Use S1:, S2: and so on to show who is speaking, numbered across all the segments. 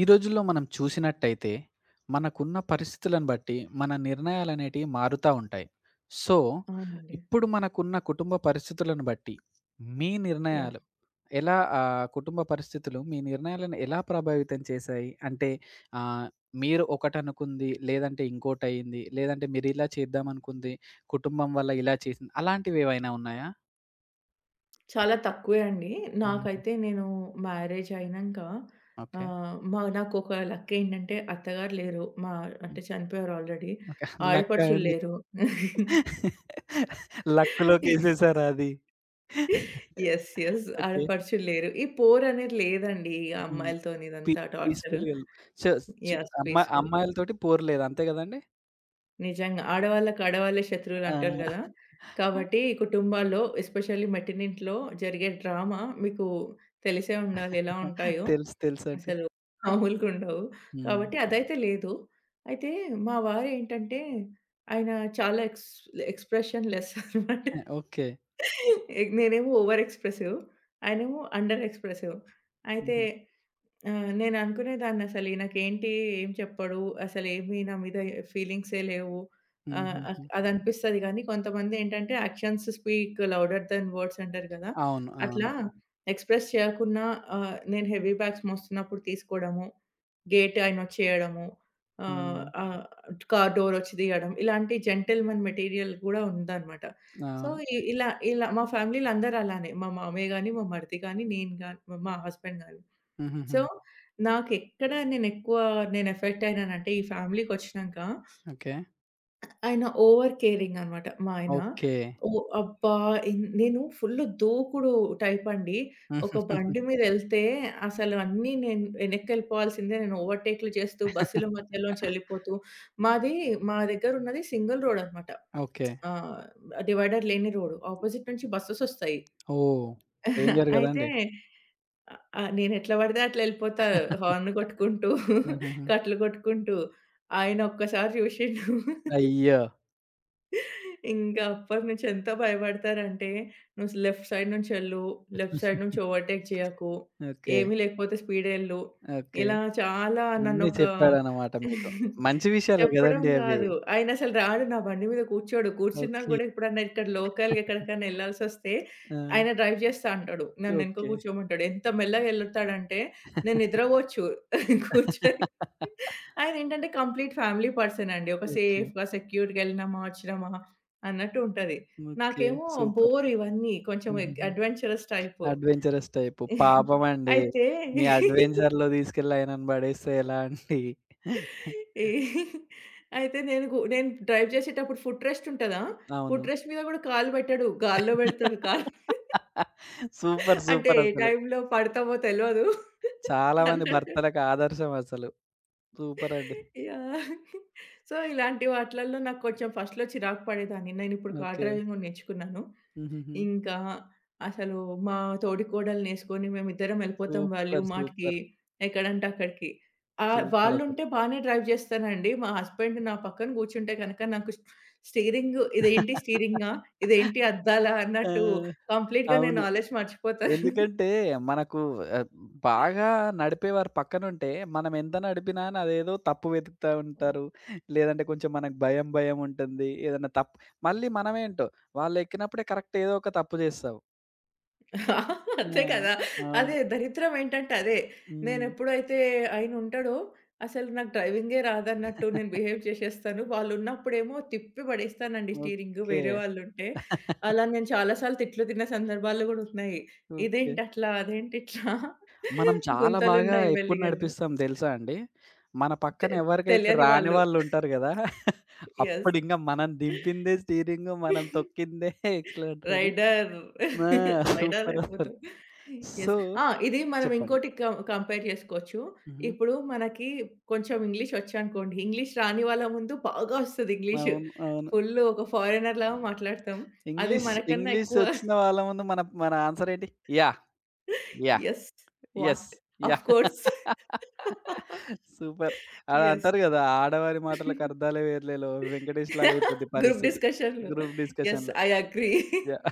S1: ఈ రోజుల్లో మనం చూసినట్టయితే, మనకున్న పరిస్థితులను బట్టి మన నిర్ణయాలనేటివి మారుతా ఉంటాయి. సో,
S2: అవునండి.
S1: ఇప్పుడు మనకున్న కుటుంబ పరిస్థితులను బట్టి, మీ
S2: యాహ్!
S1: నిర్ణయాలు ఎలా కుటుంబ పరిస్థితులు మీ నిర్ణయాలను ఎలా ప్రభావితం చేశాయి? అంటే ఆహ్, మీరు ఒకటనుకుంది, లేదంటే ఇంకోటయింది, లేదంటే మీరిలా చేద్దామనుకుంది, కుటుంబం వల్ల ఇలా చేసింది. అలాంటివేవైనా ఉన్నాయా?
S2: చాలా తక్కువే అండి.
S1: హుహు.
S2: నాకైతే నేను మ్యారేజ్ అయినంక
S1: ఓకే.
S2: నాకొక లక్ ఏంటంటే అత్తగారు లేరు.
S1: హ్మ్.
S2: అంటే చనిపోయారు ఆల్రెడీ.
S1: ఓకే. లక్కా
S2: ఆడపడుచులు
S1: అండి?
S2: లేరు.
S1: లక్కులోకేసేసారా అది?
S2: Yes, yes.
S1: ఓకే.
S2: ఆడపడుచులు లేరు. ఈ పోరనేది లేదండి. ఈ
S1: హ్మ్.
S2: అమ్మాయిలతోని
S1: పీ
S2: ఇదంతా టార్చరు.
S1: పీస్‌ఫుల్‌గా ఎల్ చు చు
S2: యెస్,
S1: అమ్మా
S2: పీస్‌ఫుల్.
S1: అమ్మాయిలతోటి పోరులేదు అంతే గదండీ?
S2: నిజంగా. ఆడవాళ్ళకి ఆడవాళ్ళే
S1: ఆ!
S2: శత్రువులంటారు గదా! కాబట్టి కుటుంబాల్లో ఎస్పెషల్లీ మెట్టినింట్లో జరిగే డ్రామా మీకు తెలిసే ఉండాలి ఎలా ఉంటాయో.
S1: తెలుసు. తెలుసండి.
S2: అసలు మామూలుగుండవు.
S1: హ్మ్.
S2: కాబట్టి అదైతే లేదు. అయితే మా వారేంటంటే ఆయన చాలా ఎక్స్‌ప్రెషన్ లెస్ అనమాట.
S1: ఆ! ఓకే.
S2: నేనేమో ఓవర్ ఎక్స్‌ప్రెసివ్. ఆయనేమో అండర్ ఎక్స్‌ప్రెసివ్. అయితే
S1: హుహు.
S2: ఆ! నేననుకునేదాన్నసలు ఈయనకేంటి ఏం చెప్పడు, అసలేమి నా మీద ఫీలింగ్సే లేవు. ఆహ్, అ
S1: హుహుహు.
S2: అదనిపిస్తది గానీ, కొంతమందేంటంటే actions speak louder than words అంటారు గదా!
S1: అవును. అవును.
S2: అట్లా ఎక్స్‌ప్రెస్ చేయకున్నా నేను హెవీ బ్యాగ్స్ మోస్తున్నప్పుడు తీసుకోడము, గేట్ ఆయనొచ్చి ఏయడము, ఆహ్,
S1: హ్మ్.
S2: ఆహ్, కార్ డోరొచ్చి తీయడం, ఇలాంటి జెంటిల్‌మెన్ మెటీరియల్ గూడా ఉందనమాట. సో,
S1: అవును.
S2: ఇ ఇలా ఇలా మా ఫ్యామిలీ‌లో అందరూ అలానే. మా మామయ్య గాని, మా మరిది గాని, నేను గాని, మా హస్బెండ్ గాని. సో,
S1: హుహుహు.
S2: నాకెక్కడ నేనెక్కువ నేను ఎక్కువ నేను ఎఫెక్ట్ అయినానంటే, ఈ ఫ్యామిలీకొచ్చినంక
S1: ఓకే.
S2: ఆయన ఓవర్ కేరింగ్ అనమాట మా ఆయన.
S1: ఓకే.
S2: ఓహ్, అబ్బా! నేను ఫుల్లు దూకుడు టైపండి. ఒక
S1: హుహు.
S2: బండి మీదెళ్తే అసలు అన్నీ నేను వెనక్కెళ్ళిపోవాల్సిందే. నేను ఓవర్‌టేక్‌లు చేస్తూ, బస్సుల మధ్యలోంచి వెళ్ళిపోతూ మాది మా దగ్గరున్నది సింగిల్ రోడనమాట.
S1: ఓకే.
S2: ఆహ్, డివైడర్ లేని రోడ్. ఆపోజిట్ నుంచి బసెసొస్తాయి.
S1: ఓహ్! డేంజర్
S2: అయితే
S1: గదండీ!
S2: అ! ఆ! నేనెట్లా పడితే అట్లా ఎళ్ళిపోతా. హార్న్ కొట్టుకుంటూ,
S1: హుహుహు.
S2: కట్లు కొట్టుకుంటూ. ఆయన ఒక్కసారి చూసిండు.
S1: అయ్యో!
S2: ఇంకా అప్పటినుంచి ఎంత భయపడతారంటే, "నువ్వు లెఫ్ట్ సైడ్ నుంచెళ్ళు, లెఫ్ట్ సైడ్ నుంచి ఓవర్‌టేక్ చేయకు,
S1: ఓకే.
S2: ఏమీ లేకపోతే స్పీడెళ్ళు."
S1: ఓకే.
S2: ఇలా చాలా
S1: అన్నీ
S2: నన్నొక
S1: చెప్పాడన్నమాట మీకు. మంచి విషయాలే
S2: చెప్పడం
S1: గదండీ అవి.
S2: గాదు. ఆయనసలు రాడు, నా బండి మీద కూర్చోడు. కూర్చున్నా
S1: ఓకే.
S2: గూడా ఎప్పుడన్నా ఇక్కడ లోకల్‌గా ఎక్కడికైనా ఎళ్ళాల్సొస్తే,
S1: ఆ!
S2: ఆయన డ్రైవ్ జేస్తా అంటాడు. నన్ను ఎనక
S1: ఓకే.
S2: కూర్చోమంటాడు. ఎంత మెల్లగా ఎళ్ళుతాడంటే, నేను నిద్రపోవచ్చు కూర్చొని. ఆయనేంటంటే కంప్లీట్ ఫ్యామిలీ పర్సన్ అండి. ఒక
S1: ఓకే.
S2: సేఫ్‌గా, సెక్యూర్‌గా ఎళ్ళినామా, వచ్చినామా అన్నట్టు ఉంటది.
S1: ఓకే.
S2: నాకేమో
S1: సూపర్.
S2: బోర్ ఇవన్నీ. కొంచెం
S1: హుహుహు.
S2: Adventurous type.
S1: Adventurous type. పాపమండి.
S2: అయితే
S1: మీ అడ్వెంచర్‌లో తీసుకెళ్ళి ఆయనను పడేస్తే ఎలా అండి?
S2: ఈ అయితే నేను డ్రైవ్ చేసేటప్పుడు ఫుట్ రెస్ట్ ఉంటదా?
S1: అవును.
S2: ఫుట్ రెస్ట్ మీద గూడా కాలు పెట్టడు. గాల్లో పెడతాడు కాలు.
S1: సూపర్.
S2: అంటే
S1: సూపర్
S2: ఏ
S1: అసలు.
S2: టైంలో పడతామో తెలవదు
S1: చాలా మంది
S2: అన్నట్టు.
S1: భర్తలకు ఆదర్శం అసలు. సూపర్ అండి.
S2: యాహ్! సో, ఇలాంటి వాటిలల్లో నాకు కొంచెం ఫస్ట్‌లో చిరాకు పడేదాన్ని. నేనిప్పుడు కార్
S1: ఓకే.
S2: డ్రైవింగ్ కూడా నేర్చుకున్నాను.
S1: హుహుహు.
S2: ఇంకా అసలు మా తోడికోడలనేసుకొని మేమిద్దరం ఎళ్ళిపోతాం వాల్యూ
S1: సూపర్.
S2: మార్ట్‌కి,
S1: సూపర్.
S2: ఎక్కడంటే అక్కడికి.
S1: సూపర్ అసలు.
S2: వాళ్ళుంటే బానే డ్రైవ్ చేస్తానండి. మా హస్బెండ్ నా పక్కన కూర్చుంటే గనక నాకు స్టీరింగ్ ఇదేంటి స్టీరింగా? ఇదేంటి అద్దాలా?
S1: ఆ!
S2: అన్నట్టు కంప్లీట్‌గా నేను
S1: అవును.
S2: నాలెడ్జ్ మర్చిపోతాను.
S1: ఎందుకంటే మనకు ఆహ్, బాగా నడిపేవారు పక్కనుంటే, మనం ఎంత నడిపినా అని అదేదో తప్పు వెతుకుతా ఉంటారు. లేదంటే కొంచెం మనకు భయం, భయం ఉంటుంది. ఏదన్నా తప్పు మళ్ళీ మనమేంటో వాళ్ళెక్కినప్పుడే కరెక్ట్ ఏదో ఒక తప్పు చేస్తాం. ఆ!
S2: అంతే కదా!
S1: అవును.
S2: అదే దరిద్రం ఏంటంటే అదే.
S1: హ్మ్.
S2: నేనెప్పుడైతే ఆయనుంటడో అసలు నాకు డ్రైవింగే రాదన్నట్టు నేను బిహేవ్ చేసేస్తాను. వాళ్ళున్నప్పుడేమో తిప్పి పడేస్తానండి స్టీరింగ్,
S1: ఓకే.
S2: వేరే వాళ్ళుంటే. అలా నేను చాలా సార్లు తిట్లు తిన్న సందర్భాలు గూడా ఉన్నాయి.
S1: ఓకే.
S2: ఇదేంటట్లా? అదేంటిట్లా?
S1: మనం చాలా బాగా
S2: గుంతలున్నాయి
S1: ఎప్పుడు
S2: మెల్లిగలు.
S1: నడిపిస్తాం తెలుసా అండి? మన
S2: తె
S1: పక్కన ఎవరికైతే
S2: తెలియని
S1: రాని
S2: వాళ్ళు.
S1: వాళ్ళుంటారు గదా!
S2: యెస్,
S1: అప్పుడింకా మనం దింపిందే స్టీరింగు, మనం తొక్కిందే ఎక్సలరేటర్ అని
S2: రైడర్.
S1: ఆ!
S2: రైడర్
S1: సూపర్ అసలు.
S2: అయిపోతాం. యెస్.
S1: సో
S2: ఆ! ఇది మనం
S1: చెప్పండి.
S2: ఇంకోటి కంపేర్ చేసుకోవచ్చు.
S1: హుహు.
S2: ఇప్పుడు మనకి కొంచెం ఇంగ్లీష్ వచ్చనుకోండి. ఇంగ్లీష్ రాని వాళ్ళ ముందు బాగా వస్తది ఇంగ్లీషు.
S1: అవును. అవును.
S2: ఫుల్లు ఒక ఫారినర్‌లాగా మాట్లాడతాం. అదే
S1: ఇంగ్లీష్,
S2: మనకన్నా
S1: ఇంగ్లీష్
S2: ఎక్కువ
S1: వచ్చిన వాళ్ళ ముందు మన మన ఆన్సర్ ఏంటి? Yeah! Yeah!
S2: Yes.
S1: Yes.
S2: What? Of
S1: yeah!
S2: Course.
S1: Super. అలా
S2: యెస్.
S1: అంటారు గదా! ఆడవారి మాటలకు అర్థాలే వేరులేలో వెంకటేష్ లాగా అయిపోద్ది
S2: గ్రూప్
S1: పరిస్థితి.
S2: డిస్కషన్‌లో.
S1: గ్రూప్
S2: యెస్,
S1: డిస్కషన్‌లో.
S2: I agree.
S1: Yeah!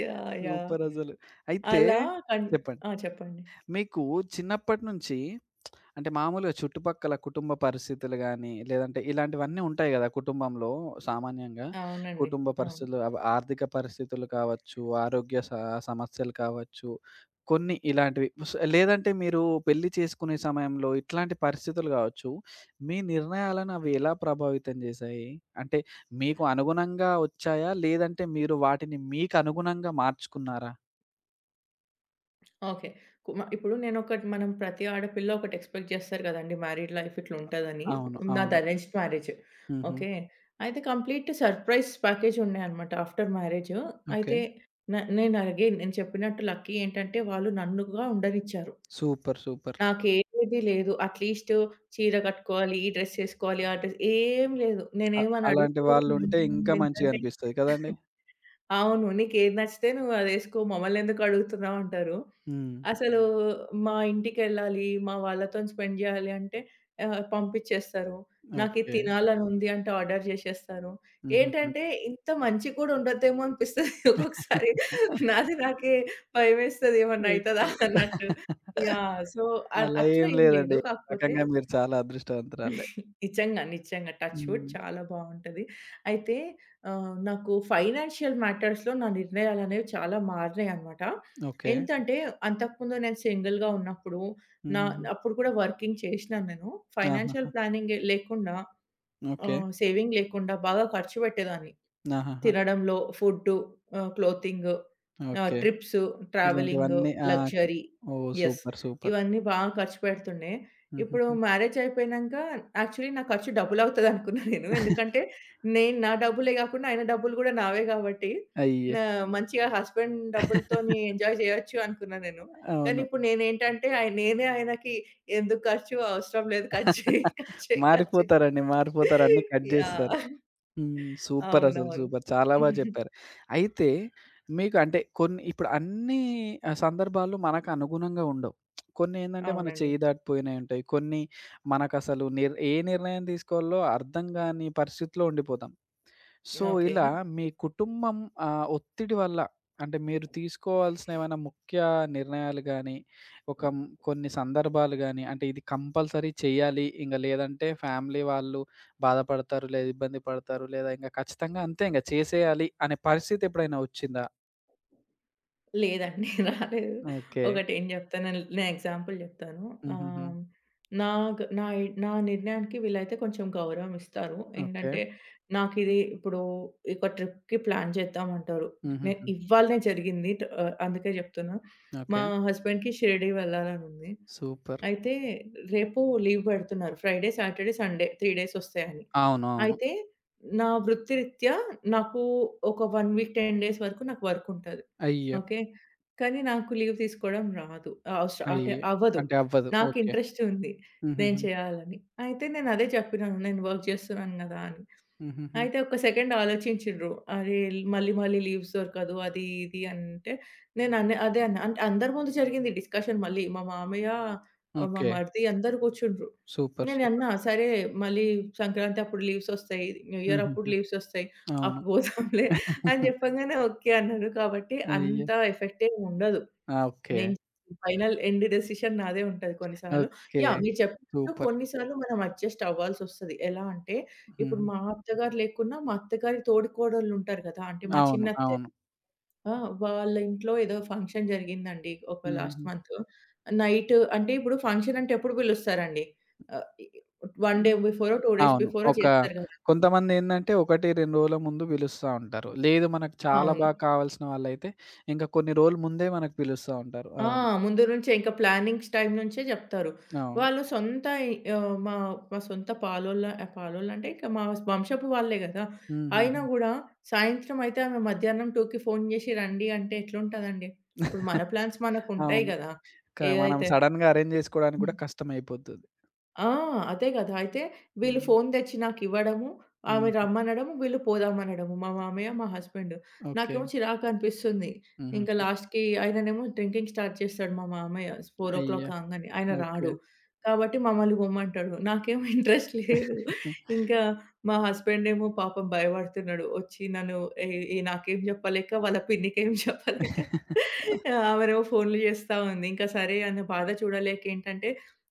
S2: Yeah! Yeah!
S1: Super అసలు. అయితే
S2: అలా కన్
S1: చెప్పండి.
S2: ఆ! చెప్పండి.
S1: మీకు చిన్నప్పటి నుంచి అంటే మామూలుగా చుట్టుపక్కల కుటుంబ పరిస్థితులు గానీ, లేదంటే ఇలాంటివన్నీ ఉంటాయి గదా! కుటుంబంలో సామాన్యంగా.
S2: అవునండి.
S1: కుటుంబ
S2: అవును.
S1: పరిస్థితులు, ఆర్థిక పరిస్థితులు కావచ్చు, ఆరోగ్య సమస్యలు కావచ్చు, కొన్ని ఇలాంటివి. లేదంటే మీరు పెళ్లి చేసుకునే సమయంలో ఇట్లాంటి పరిస్థితులు కావచ్చు. మీ నిర్ణయాలను అవి ఎలా ప్రభావితం చేశాయి? అంటే మీకు అనుగుణంగా వచ్చాయా? లేదంటే మీరు వాటిని మీకు అనుగుణంగా మార్చుకున్నారా?
S2: ఓకే. ఇప్పుడు నేనొకటి మనం ప్రతి ఆడపిల్ల ఒకటి ఎక్స్‌పెక్ట్ జేస్తారు గదండీ! మ్యారీడ్ లైఫ్ ఇట్లుంటదని.
S1: అవును.
S2: నాది
S1: అవును.
S2: Arranged marriage.
S1: హుహు.
S2: ఓకే. అయితే కంప్లీట్ సర్ప్రైజ్ ప్యాకేజ్ ఉన్నాయన్నమాట ఆఫ్టర్ మ్యారేజ్.
S1: ఓకే.
S2: అయితే న నేను అగైన్ నేను చెప్పినట్టు లక్కీ ఏంటంటే వాళ్ళు నన్నుగా ఉండనిచ్చారు.
S1: సూపర్. సూపర్.
S2: నాకేది లేదు. అట్‌లీస్ట్ చీర కట్టుకోవాలి, ఈ డ్రెస్ ఏసుకోవాలి, ఆ డ్రెస్ ఏం లేదు.
S1: అ
S2: నేనేమని
S1: అలాంటి
S2: అడిగితే గూడా మా
S1: వాళ్ళుంటే
S2: ఇంట్లో
S1: ఇంకా
S2: వాళ్ళేంటంటే
S1: మంచిగనిపిస్తది కదండీ!
S2: అవును. "నీకేది నచ్చితే నువ్వు అదేసుకో. మమ్మల్నెందుకు అడుగుతున్నావు" అంటారు.
S1: హ్మ్.
S2: అసలు మా ఇంటికెళ్ళాలి, మా వాళ్ళతోని స్పెండ్ జేయాలి అంటే పంపిచ్చేస్తారు. నాకిది
S1: ఓకే.
S2: తినాలనుంది అంటే ఆర్డర్ జేసేస్తారు.
S1: హుహుహు.
S2: ఏంటంటే ఇంత మంచిగా గూడా ఉండొద్దేమో అనిపిస్తది ఒక్కొక్కసారి. నాది నాకే భయమేస్తది ఏమన్నా అయితదా
S1: ఓకే.
S2: అన్నట్టు. యాహ్! సో,
S1: అలా
S2: అట్లా
S1: ఏం
S2: ఏం లేదు.
S1: లేదండి.
S2: కాకపోతే
S1: రకంగా మీరు చాలా అదృష్టవంతురాలే.
S2: నిజంగా, నిజంగా టచ్ వుడ్
S1: హ్మ్.
S2: చాలా బావుంటది. అయితే నాకు ఫైనాన్షియల్ మ్యాటర్స్‌లో నా నిర్ణయాలనేవి చాలా మారినాయన్నమాట.
S1: ఓకే.
S2: ఏంటంటే అంతకుముందు నేను సింగిల్‌గా ఉన్నప్పుడు నా
S1: హుహుహు.
S2: అప్పుడు కూడా వర్కింగ్ చేసినాను నేను. ఫైనాన్షియల్
S1: ఆహాహా!
S2: ప్లానింగ్ లేకుండా,
S1: ఓకే.
S2: సేవింగ్ లేకుండా బాగా ఖర్చు పెట్టేదాన్ని.
S1: ఆహాహా!
S2: తినడంలో food, clothing,
S1: okay.
S2: Trips, travelling,
S1: ఇలాంటివన్నీ ఆ!
S2: లగ్జరీ.
S1: ఓహ్!
S2: యెస్.
S1: సూపర్. సూపర్.
S2: ఇవన్నీ బాగా ఖర్చు పెడుతుండే. ఇప్పుడు
S1: హుహుహు.
S2: మ్యారేజ్ అయిపోయినంక యాక్చువల్లీ నా ఖర్చు డబులవుతదనుకున్నా నేను. ఎందుకంటే నేను నా డబ్బులే గాకుండా ఆయన డబ్బులు గూడా నావే గాబట్టి
S1: అయ్యో!
S2: నా మంచిగా హస్బెండ్ డబ్బులతోని ఎంజాయ్ జేయొచ్చు అనుకున్నా నేను. కానీ
S1: అవును.
S2: ఇప్పుడు నేనేంటంటే నేనే ఆయనకి ఎందుకు ఖర్చు, అవసరం లేదు. కట్ చెయి, కట్ చెయి, కట్ చెయి.
S1: మారిపోతారండి. మారిపోతారు. అన్నీ కట్ జేస్తారు.
S2: యాహ్!
S1: హ్మ్. సూపర్ అసలు
S2: అవునవును.
S1: సూపర్. చాలా బా చెప్పారు. అయితే మీకు అంటే కొన్ని ఇప్పుడు అన్నీ సందర్భాలు మనకు అనుగుణంగా ఉండవు. కొన్నేందంటే మన
S2: అవునండి.
S1: చేయి దాటిపోయినయి ఉంటాయి. కొన్ని మనకసలు నిర్ణయం తీసుకోవాలో అర్థం గాని పరిస్థితిలో ఉండిపోతాం. So,
S2: okay.
S1: ఇలా మీ కుటుంబం ఒత్తిడి వల్ల అంటే మీరు తీసుకోవాల్సిన ఏమైనా ముఖ్య నిర్ణయాలు గాని, ఒక హ్మ్, కొన్ని సందర్భాలు గాని అంటే ఇది కంపల్సరీ చేయాలి. ఇంగ లేదంటే ఫ్యామిలీ వాళ్ళు బాధపడతారు, లేదా ఇబ్బంది పడతారు, లేదా ఇంక ఖచ్చితంగా అంతే ఇంగ చేసేయాలి అనే పరిస్థితి ఎప్పుడైనా వచ్చిందా?
S2: లేదండి. రాలేదు.
S1: ఓకే.
S2: ఒకటేం చెప్తాను, నేను ఎగ్జాంపుల్ చెప్తాను.
S1: హుహుహు.
S2: ఆహ్, నాగ్ నా ఐ నా నిర్ణయానికి వీళ్ళైతే కొంచెం గౌరవం ఇస్తారు.
S1: ఓకే.
S2: ఏంటంటే నాకిది ఇప్పుడు ఒక ట్రిప్‌కి ప్లాన్ చేద్దామంటారు.
S1: హుహుహు.
S2: ఇవ్వాళనే జరిగింది. అందుకే చెప్తున్నా.
S1: ఓకే.
S2: మా హస్బెండ్‌కి షిరిడి వెళ్ళాలనుంది.
S1: సూపర్.
S2: అయితే రేపు లీవ్ పెడుతున్నారు. ఫ్రైడే, సాటర్డే, సండే 3 డేస్ వస్తాయని.
S1: అవునవును.
S2: అయితే నా వృత్తిరీత్యా నాకు ఒక 1 వీక్, 10 డేస్ వరకు నాకు వర్క్ ఉంటది.
S1: అయ్యో!
S2: ఓకే. కానీ నాకు లీవ్ తీసుకోవడం రాదు. అంటే
S1: అయ్యో!
S2: అవ్వదు.
S1: అంటే అవ్వదు.
S2: నాకు
S1: ఓకే.
S2: ఇంట్రెస్ట్ ఉంది. నేను
S1: హుహుహు.
S2: చేయాలని. అయితే నేను అదే చెప్పినాను. నేను వర్క్ చేస్తున్నాను గదా అని.
S1: హుహుహు.
S2: అయితే ఒక సెకండ్ ఆలోచించిండ్రు. అరే! మళ్ళీ మళ్ళీ లీవ్స్ దొరకదు. అది ఇది అంటే నేను అన్ అదే అన్నా. అంటే అందరి ముందు జరిగింది డిస్కషన్ మళ్ళీ. మా మామయ్య, మా
S1: ఓకే.
S2: మరిది అందరూ కూర్చుండ్రు.
S1: సూపర్.
S2: నేను
S1: సూపర్.
S2: అన్నా సరే, మళ్ళీ సంక్రాంతి అప్పుడు లీవ్స్ ఒస్తాయి. న్యూ ఇయర్ అప్పుడు
S1: హుహుహు.
S2: లీవ్స్ ఒస్తాయి.
S1: అవును.
S2: అప్పుడు పోదాంలే అని జెప్పంగానే ఓకే అన్నారు. కాబట్టి
S1: అయ్యో!
S2: అంత ఎఫెక్ట్ ఏమి ఉండదు.
S1: ఆ! ఓకే.
S2: నేను ఫైనల్ ఎండ్ డెసిషన్ నాదే ఉంటది కొన్నిసార్లు.
S1: ఓకే.
S2: యాహ్! మీరు చెప్పినట్టు
S1: సూపర్.
S2: కొన్నిసార్లు మనం అడ్జస్ట్ అవ్వాల్సొస్తది. ఎలా అంటే ఇప్పుడు
S1: హుహు.
S2: మా అత్తగారు లేకున్నా, మా అత్తగారి తోడికోడళ్ళుంటారు గదా! అంటే మా
S1: అవును.
S2: చిన్నత్తె.
S1: అవును.
S2: ఆ! వాళ్ళ ఇంట్లో ఏదో ఫంక్షన్ జరిగిందండి. ఒక లాస్ట్
S1: హుహుహు.
S2: మంత్. నైట్ అంటే ఇప్పుడు ఫంక్షన్ అంటే ఎప్పుడు పిలుస్తారండి? ఆహ్, 1 డే బిఫోరో, 2 డేస్
S1: అవును.
S2: బిఫోరో
S1: ఒక
S2: చేస్తారు గదా!
S1: కొంతమందేందంటే 1, 2 రోజుల ముందు పిలుస్తా ఉంటారు. లేదు, మనకు చాలా
S2: అవును.
S1: బాగా కావాల్సిన వాళ్ళైతే ఇంకా కొన్ని రోజులు ముందే మనకు పిలుస్తా ఉంటారు.
S2: ఆ!
S1: అవును.
S2: ముందు నుంచే ఇంకా ప్లానింగ్స్ టైమ్ నుంచే జెప్తారు.
S1: అవును.
S2: వాళ్ళు సొంత ఇ ఆహ్, మా మా సొంత పాలోళ్ళంటే ఇక మా వంశపు వాళ్ళే గదా! అయినా
S1: హుహుహు.
S2: గూడా సాయంత్రం అయితే ఆమె మధ్యాహ్నం 2కి ఫోను జేసి రండి అంటే ఎట్లుంటదండి? ఇప్పుడు మన ప్లాన్స్ మనకుంటాయి
S1: అవును.
S2: గదా!
S1: మనం
S2: ఏదైతే
S1: సడెన్‌గా అరేంజ్ చేసుకోవడానికి కూడా కష్టమైపోతది.
S2: ఆ! అదే గదా! అయితే వీళ్ళు
S1: హ్మ్.
S2: ఫోన్ తెచ్చి నాకివ్వడము, ఆమె
S1: హ్మ్.
S2: రమ్మనడము, వీళ్ళు పోదామనడము. మా మామయ్య, మా హస్బెండ్.
S1: ఓకే.
S2: నాకేమో చిరాకనిపిస్తుంది. ఇంకా
S1: హుహుహు.
S2: లాస్ట్‌కి ఆయననేమో డ్రింకింగ్ స్టార్ట్ చేస్తాడు మా మామయ్య. 4
S1: అయ్యో!
S2: కాంగానే. ఆయన
S1: ఓకే.
S2: రాడు. కాబట్టి మమ్మల్ని పొమ్మంటాడు. నాకేమో ఇంట్రెస్ట్ లేదు. ఇంకా మా హస్బెండేమో పాపం భయపడుతున్నాడు. వచ్చి నన్ను ఏ ఏ నాకేం చెప్పలేక, వాళ్ళ పిన్నికేం చెప్పలేక ఆమెనేమో ఫోన్‌లు చేస్తా ఉంది. ఇంకా సరే అన్న బాధ చూడలేక ఏంటంటే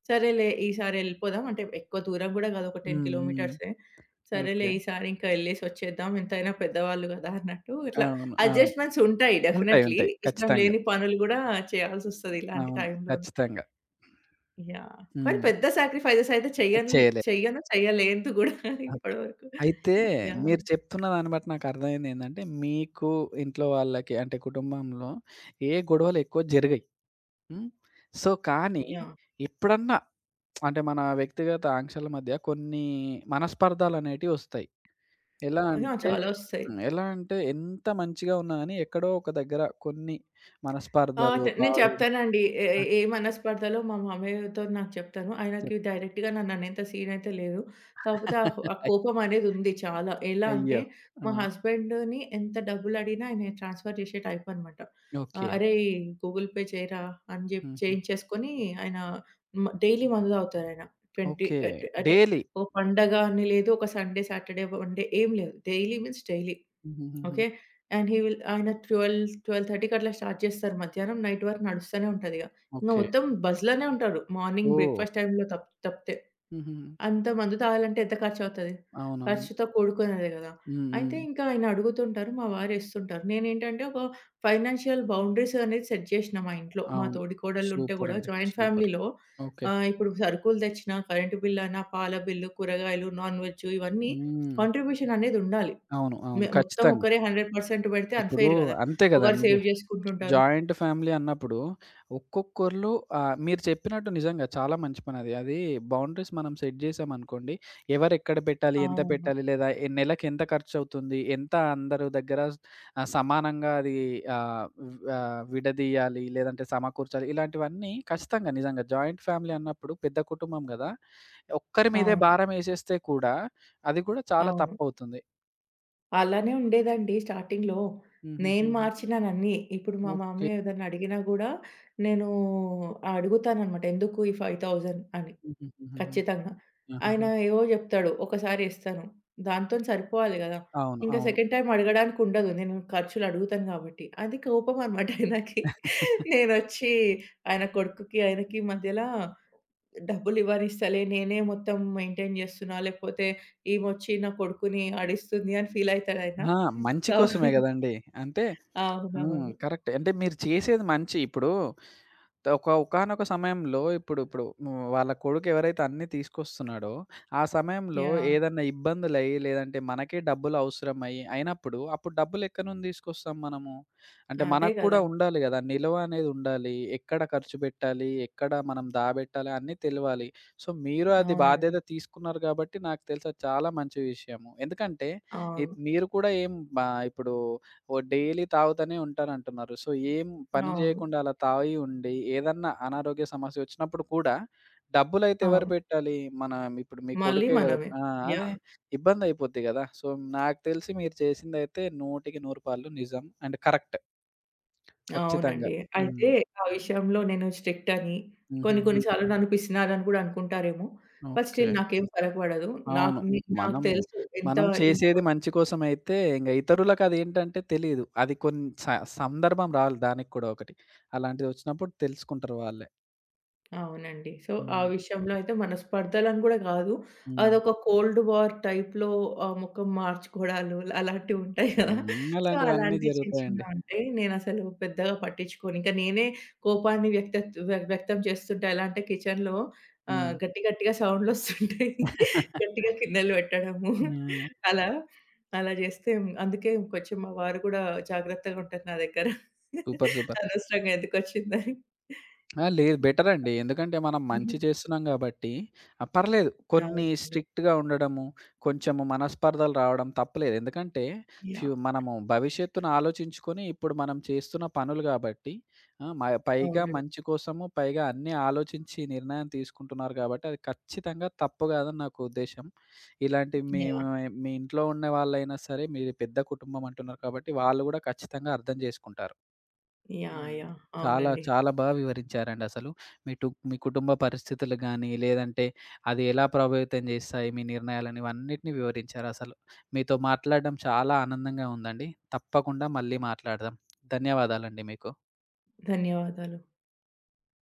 S2: సరేలే ఈసారి ఎళ్ళిపోదాం. అంటే ఎక్కువ దూరం గూడా గాదు. ఒక 10
S1: హ్మ్. హ్మ్.
S2: కిలోమీటర్సే. సరేలే
S1: ఓకే.
S2: ఈసారి ఇంకా ఎళ్ళేసొచ్చేద్దాం. ఎంతైనా పెద్దవాళ్ళు గదా అన్నట్టు ఇట్లా
S1: అవును. అవును.
S2: అడ్జస్ట్‌మెంట్స్ ఉంటాయి
S1: ఉంటాయి.
S2: డెఫినైట్‌లీ.
S1: ఉంటాయి.
S2: ఇష్టం
S1: ఖచ్చితంగా.
S2: లేని పనులు గూడా చేయాల్సొస్తది ఇలాంటి
S1: అవును.
S2: టైంలోనే.
S1: ఖచ్చితంగా.
S2: యాహ్! కానీ
S1: హ్మ్.
S2: పెద్ద సాక్రిఫైజెస్ అయితే
S1: అది
S2: చెయ్యను,
S1: చేయలేదు.
S2: చెయ్యను, చెయ్యలేదు గూడా
S1: ఓకే.
S2: ఇప్పటి వరకు.
S1: అయితే
S2: యాహ్!
S1: మీరు చెప్తున్న దాన్ని బట్టి నాకర్థమైందేంటంటే, మీకు ఇంట్లో వాళ్ళకి అంటే కుటుంబంలో ఏ గొడవలు ఎక్కువ జరగయి. హ్మ్. సో, కానీ
S2: యాహ్! యాహ్!
S1: ఎప్పుడన్నా అంటే మన వ్యక్తిగత ఆంక్షల మధ్య కొన్ని మనస్పర్ధలనేటివి ఒస్తాయి. ఎలా అంటే
S2: చాలా ఒస్తాయి.
S1: హ్మ్. ఎలా అంటే ఎంత మంచిగా ఉన్నా గాని ఎక్కడో ఒక దగ్గర కొన్ని
S2: ఆ!
S1: మనస్పర్ధలు,
S2: నేను
S1: బావులు
S2: చెప్తానండి. ఏ ఏ
S1: ఆ!
S2: ఏ మనస్పర్ధలో మా మామయ్యతో నాకు చెప్తాను.
S1: చెప్
S2: ఆయనకి డైరెక్ట్‌గా నన్ననేంత సీన్ అయితే లేదు. కాకపోతే ఆ ఆ
S1: అయ్
S2: కోపం అనేది ఉంది చాలా. ఎలా
S1: అయ్యో!
S2: అంటే
S1: ఆ!
S2: మా హస్బెండ్‌ని ఎంత డబ్బులడిగినా ఆయన ట్రాన్స్‌ఫర్ చేసే టైప్ అనమాట.
S1: ఓకే.
S2: ఆహ్, "అరేయ్! గూగుల్ పే చేయరా" అని చెప్పి
S1: హుహు.
S2: చేయించేసుకొని ఆయన డైలీ మందు తాగుతారాయన. 20
S1: ఓకే.
S2: అట్ అంటే
S1: డైలీ.
S2: ఓ పండగ అని లేదు, ఒక సండే, సాటర్డే, వన్ డే ఏం లేదు. Daily means daily.
S1: హుహుహుహు.
S2: ఓకే. అండ్ హి విల్ ఆయన 12, 12:30కి అట్లా స్టార్ట్ చేస్తారు. మధ్యాహ్నం నైట్ వరకు నడుస్తూనే ఉంటదిగ. ఇంక
S1: ఓకే.
S2: మొత్తం బజ్‌లోనే ఉంటారు. మార్నింగ్
S1: ఓహ్!
S2: బ్రేక్‌ఫాస్ట్ టైమ్‌లో తప్పితే.
S1: హుహుహు.
S2: అంత మందు తాగాలంటే ఎంత ఖర్చవుతది?
S1: అవునవును.
S2: ఖర్చుతో కూడుకున్నదే గదా!
S1: హ్మ్.
S2: అయితే
S1: హ్మ్.
S2: ఇంకా ఆయన అడుగుతుంటారు. మా వారు ఏస్తుంటారు. నేనేంటంటే ఒక ఫైనాన్షియల్ బౌండరీస్ అనేది సెట్ చేషినా మా ఇంట్లో. మా
S1: అవును.
S2: తోడికోడళ్ళుంటే గూడా
S1: సూపరండి.
S2: Joint
S1: super.
S2: ఫ్యామిలీలో
S1: ఓకే.
S2: ఇప్పుడు సరుకులు తెచ్చినా, కరెంటు బిల్ అనా, పాల బిల్లు, కూరగాయలు, నాన్ వెజ్ ఇవన్నీ
S1: హ్మ్.
S2: కాంట్రిబ్యూషన్ అనేది ఉండాలి.
S1: అవును. అవును.
S2: మొత్తం
S1: ఖచ్చితంగా.
S2: ఒకరే 100% పెడితే
S1: ఇప్పుడు
S2: అన్‌ఫెయిర్ గదా!
S1: అంతే
S2: ఒకరు
S1: గదండీ!
S2: సేవ్ జేసుకుంటుంటారు.
S1: జాయింట్ ఫ్యామిలీ అన్నప్పుడు ఒక్కొక్కళ్ళు మీరు చెప్పినట్టు నిజంగా చాలా మంచి పనది. అది అది బౌండరీస్ మనం సెట్ జేసామనుకోండి, ఎవరెక్కడ పెట్టాలి, ఎంత
S2: అవును.
S1: పెట్టాలి, లేదా ఎ నెలకి ఎంత ఖర్చవుతుంది, ఎంత అందరి దగ్గర సమానంగా అది విడదీయాలి, లేదంటే సమకూర్చాలి. ఇలాంటివన్నీ ఖచ్చితంగా నిజంగా జాయింట్ ఫ్యామిలీ అన్నప్పుడు పెద్ద కుటుంబం గదా! ఒక్కరి మీదే
S2: అవును.
S1: భారమేసేస్తే కూడా అది కూడా చాలా
S2: అవును.
S1: తప్పవుతుంది.
S2: అలానే ఉండేదండి స్టార్టింగ్‌లో. నేను
S1: హుహుహుహు.
S2: మార్చినానన్నీ. ఇప్పుడు మా
S1: ఓకే.
S2: మామయ్య ఏదన్నా అడిగినా గూడా నేను అడుగుతాననమాట. ఎందుకు ఈ 5,000 అని.
S1: హుహుహుహు.
S2: ఖచ్చితంగా. ఆయన
S1: ఆహాహా!
S2: ఏవో జెప్తాడు. ఒకసారి ఇస్తాను. దాంతోని సరిపోవాలి గదా!
S1: అవును.
S2: ఇంకా
S1: అవును.
S2: సెకండ్ టైమ్ అడగడానికి ఉండదు. నేను ఖర్చులు అడుగుతాను గాబట్టి. అది కోపం అనమాట ఆయనకి. నేనొచ్చి ఆయన కొడుకుకి, ఆయనకి మధ్యలా డబ్బులివ్వనిస్తలే, నేనే మొత్తం మెయింటైన్ జేస్తున్నా, లేకపోతే ఈమొచ్చి నా కొడుకుని ఆడిస్తుంది అని ఫీలయితాడాయన.
S1: ఆ! మంచి
S2: కవ్
S1: కోసమే గదండీ. అంటే, హ్మ్.
S2: అవునవును.
S1: కరెక్టే. అంటే మీరు చేసేది మంచి. ఇప్పుడు ఒక ఒకానొక సమయంలో ఇప్పుడు ఇప్పుడు హ్మ్, వాళ్ళ కొడుకు ఎవరైతే అన్నీ తీసుకొస్తున్నాడో, ఆ సమయంలో
S2: యాహ్!
S1: ఏదన్నా ఇబ్బందులయ్యి, లేదంటే మనకే డబ్బులు అవసరమయ్యి అయినప్పుడు, అప్పుడు డబ్బులెక్కడి నుంచి తీసుకొస్తాం మనము? అంటే
S2: అదే
S1: మనకు కూడా
S2: గదా!
S1: ఉండాలి గదా! నిలువ అనేది ఉండాలి. ఎక్కడ ఖర్చు పెట్టాలి, ఎక్కడ మనం దాబెట్టాలి అన్నీ తెలవాలి. సో, మీరు అది
S2: అవునండి.
S1: బాధ్యత తీసుకున్నారు కాబట్టి నాకు తెలుసు అది చాలా మంచి విషయము. ఎందుకంటే,
S2: అవును.
S1: మీరు కూడా ఏం బా ఇప్పుడు ఓహ్! డైలీ తాగుతూనే ఉంటారంటున్నారు. సో, ఏం పని
S2: అవును.
S1: జేయకుండా అలా తాగి ఉండి, ఏదన్నా అనారోగ్య సమస్య వచ్చినప్పుడు కూడా డబ్బులైతే ఎవరు
S2: అవును.
S1: పెట్టాలి? మన ఇప్పుడు మీ
S2: మళ్ళీ
S1: కొడుకే గదా!
S2: మనమే.
S1: ఆ! అదే
S2: యాహ్!
S1: ఇబ్బందయిపోద్ది గదా! సో, నాకు తెలిసి మీరు చేసిందయితే 100కి 100 పాళ్ళు నిజం అండ్ కరెక్ట్. ఖచ్చితంగా.
S2: అవునండి. అయితే
S1: హ్మ్.
S2: ఆ విషయంలో నేను స్ట్రిక్టని, కొన్ని
S1: హుహుహు.
S2: కొన్ని సార్లు నన్ను పిసినారని గూడా అనుకుంటారేమో. But
S1: okay.
S2: స్టిల్ నాకేం ఫరక బడదు.
S1: అవును.
S2: నాకు
S1: మనం,
S2: తెలుసు ఎంత
S1: మనం చేసేది
S2: ఇంపార్టెంట్.
S1: మంచి కోసమయితే ఇంగ ఇతరులకదేంటంటే తెలీదు. అది ఏంటంటే తెలియదు. అది కొన్ని సందర్భం రావాలి దానికి కూడా ఒకటి. అలాంటిదొచ్చినప్పుడు తెలుసుకుంటారు వాళ్ళే.
S2: అవునండి. సో, ఆ
S1: హ్మ్.
S2: విషయంలో అయితే మనస్పర్ధలని గూడా గాదు.
S1: హ్మ్.
S2: అదొక కోల్డ్ వార్ టైప్‌లో ముఖం మార్చుకోవడాలు అలాంటివుంటాయి గదా!
S1: హ్మ్.
S2: సో,
S1: అలాంటివన్నీ
S2: అలాంటి చిన్న
S1: జరుగుతాయండి.
S2: చిన్నవుంటాయి. నేనసలు పెద్దగా పట్టించుకోను. ఇంకా నేనే కోపాన్ని వ్యక్తత్ వ్య వ్యక్తం చేస్తుంటా. ఎలా అంటే కిచెన్‌లో
S1: హ్మ్.
S2: గట్టి గట్టిగా సౌండ్‌లొస్తుంటాయి. గట్టిగా గిన్నెలు పెట్టడము
S1: హ్మ్.
S2: అలా. అలా జేస్తే అందుకే కొంచెం మా వారు గూడా జాగ్రత్తగుంటారు నా దగ్గర.
S1: సూపర్. సూపర్.
S2: అనవసరంగా ఎందుకొచ్చిందని.
S1: ఆ! లేదు, బెటరండి. ఎందుకంటే మనం
S2: హ్మ్.
S1: మంచి చేస్తున్నాం గాబట్టి, ఆ! పర్లేదు కొన్ని
S2: అవునండి.
S1: స్ట్రిక్ట్‌గా ఉండడము, కొంచెము మనస్పర్ధలు రావడం తప్పులేదు. ఎందుకంటే
S2: యాహ్!
S1: మనము భవిష్యత్తును ఆలోచించుకొని ఇప్పుడు మనం చేస్తున్న పనులు గాబట్టి, ఆ! పైగా
S2: అవునండి.
S1: మంచి కోసము, పైగా అన్నీ ఆలోచించి నిర్ణయం తీసుకుంటున్నారు గాబట్టి, అది ఖచ్చితంగా తప్పు గాదని నాకు ఉద్దేశ్యం. ఇలాంటి మీ
S2: యాహ్!
S1: మీ ఇంట్లో ఉన్న వాళ్ళైనా సరే, మీది పెద్ద కుటుంబం అంటున్నారు కాబట్టి, వాళ్ళు గూడా ఖచ్చితంగా అర్థం జేసుకుంటారు.
S2: యాహ్!
S1: హ్మ్.
S2: యాహ్!
S1: చాలా,
S2: అవునండి.
S1: చాలా బా వివరించారండి అసలు. మీ కుటుంబ పరిస్థితులు గానీ, లేదంటే అది ఎలా ప్రభావితం జేస్తాయి మీ నిర్ణయాలని, ఇవన్నిటిని వివరించారసలు. మీతో మాట్లాడడం చాలా ఆనందంగా ఉందండి. తప్పకుండా మళ్ళీ మాట్లాడదాం. ధన్యవాదాలండి మీకు.
S2: ధన్యవాదాలు.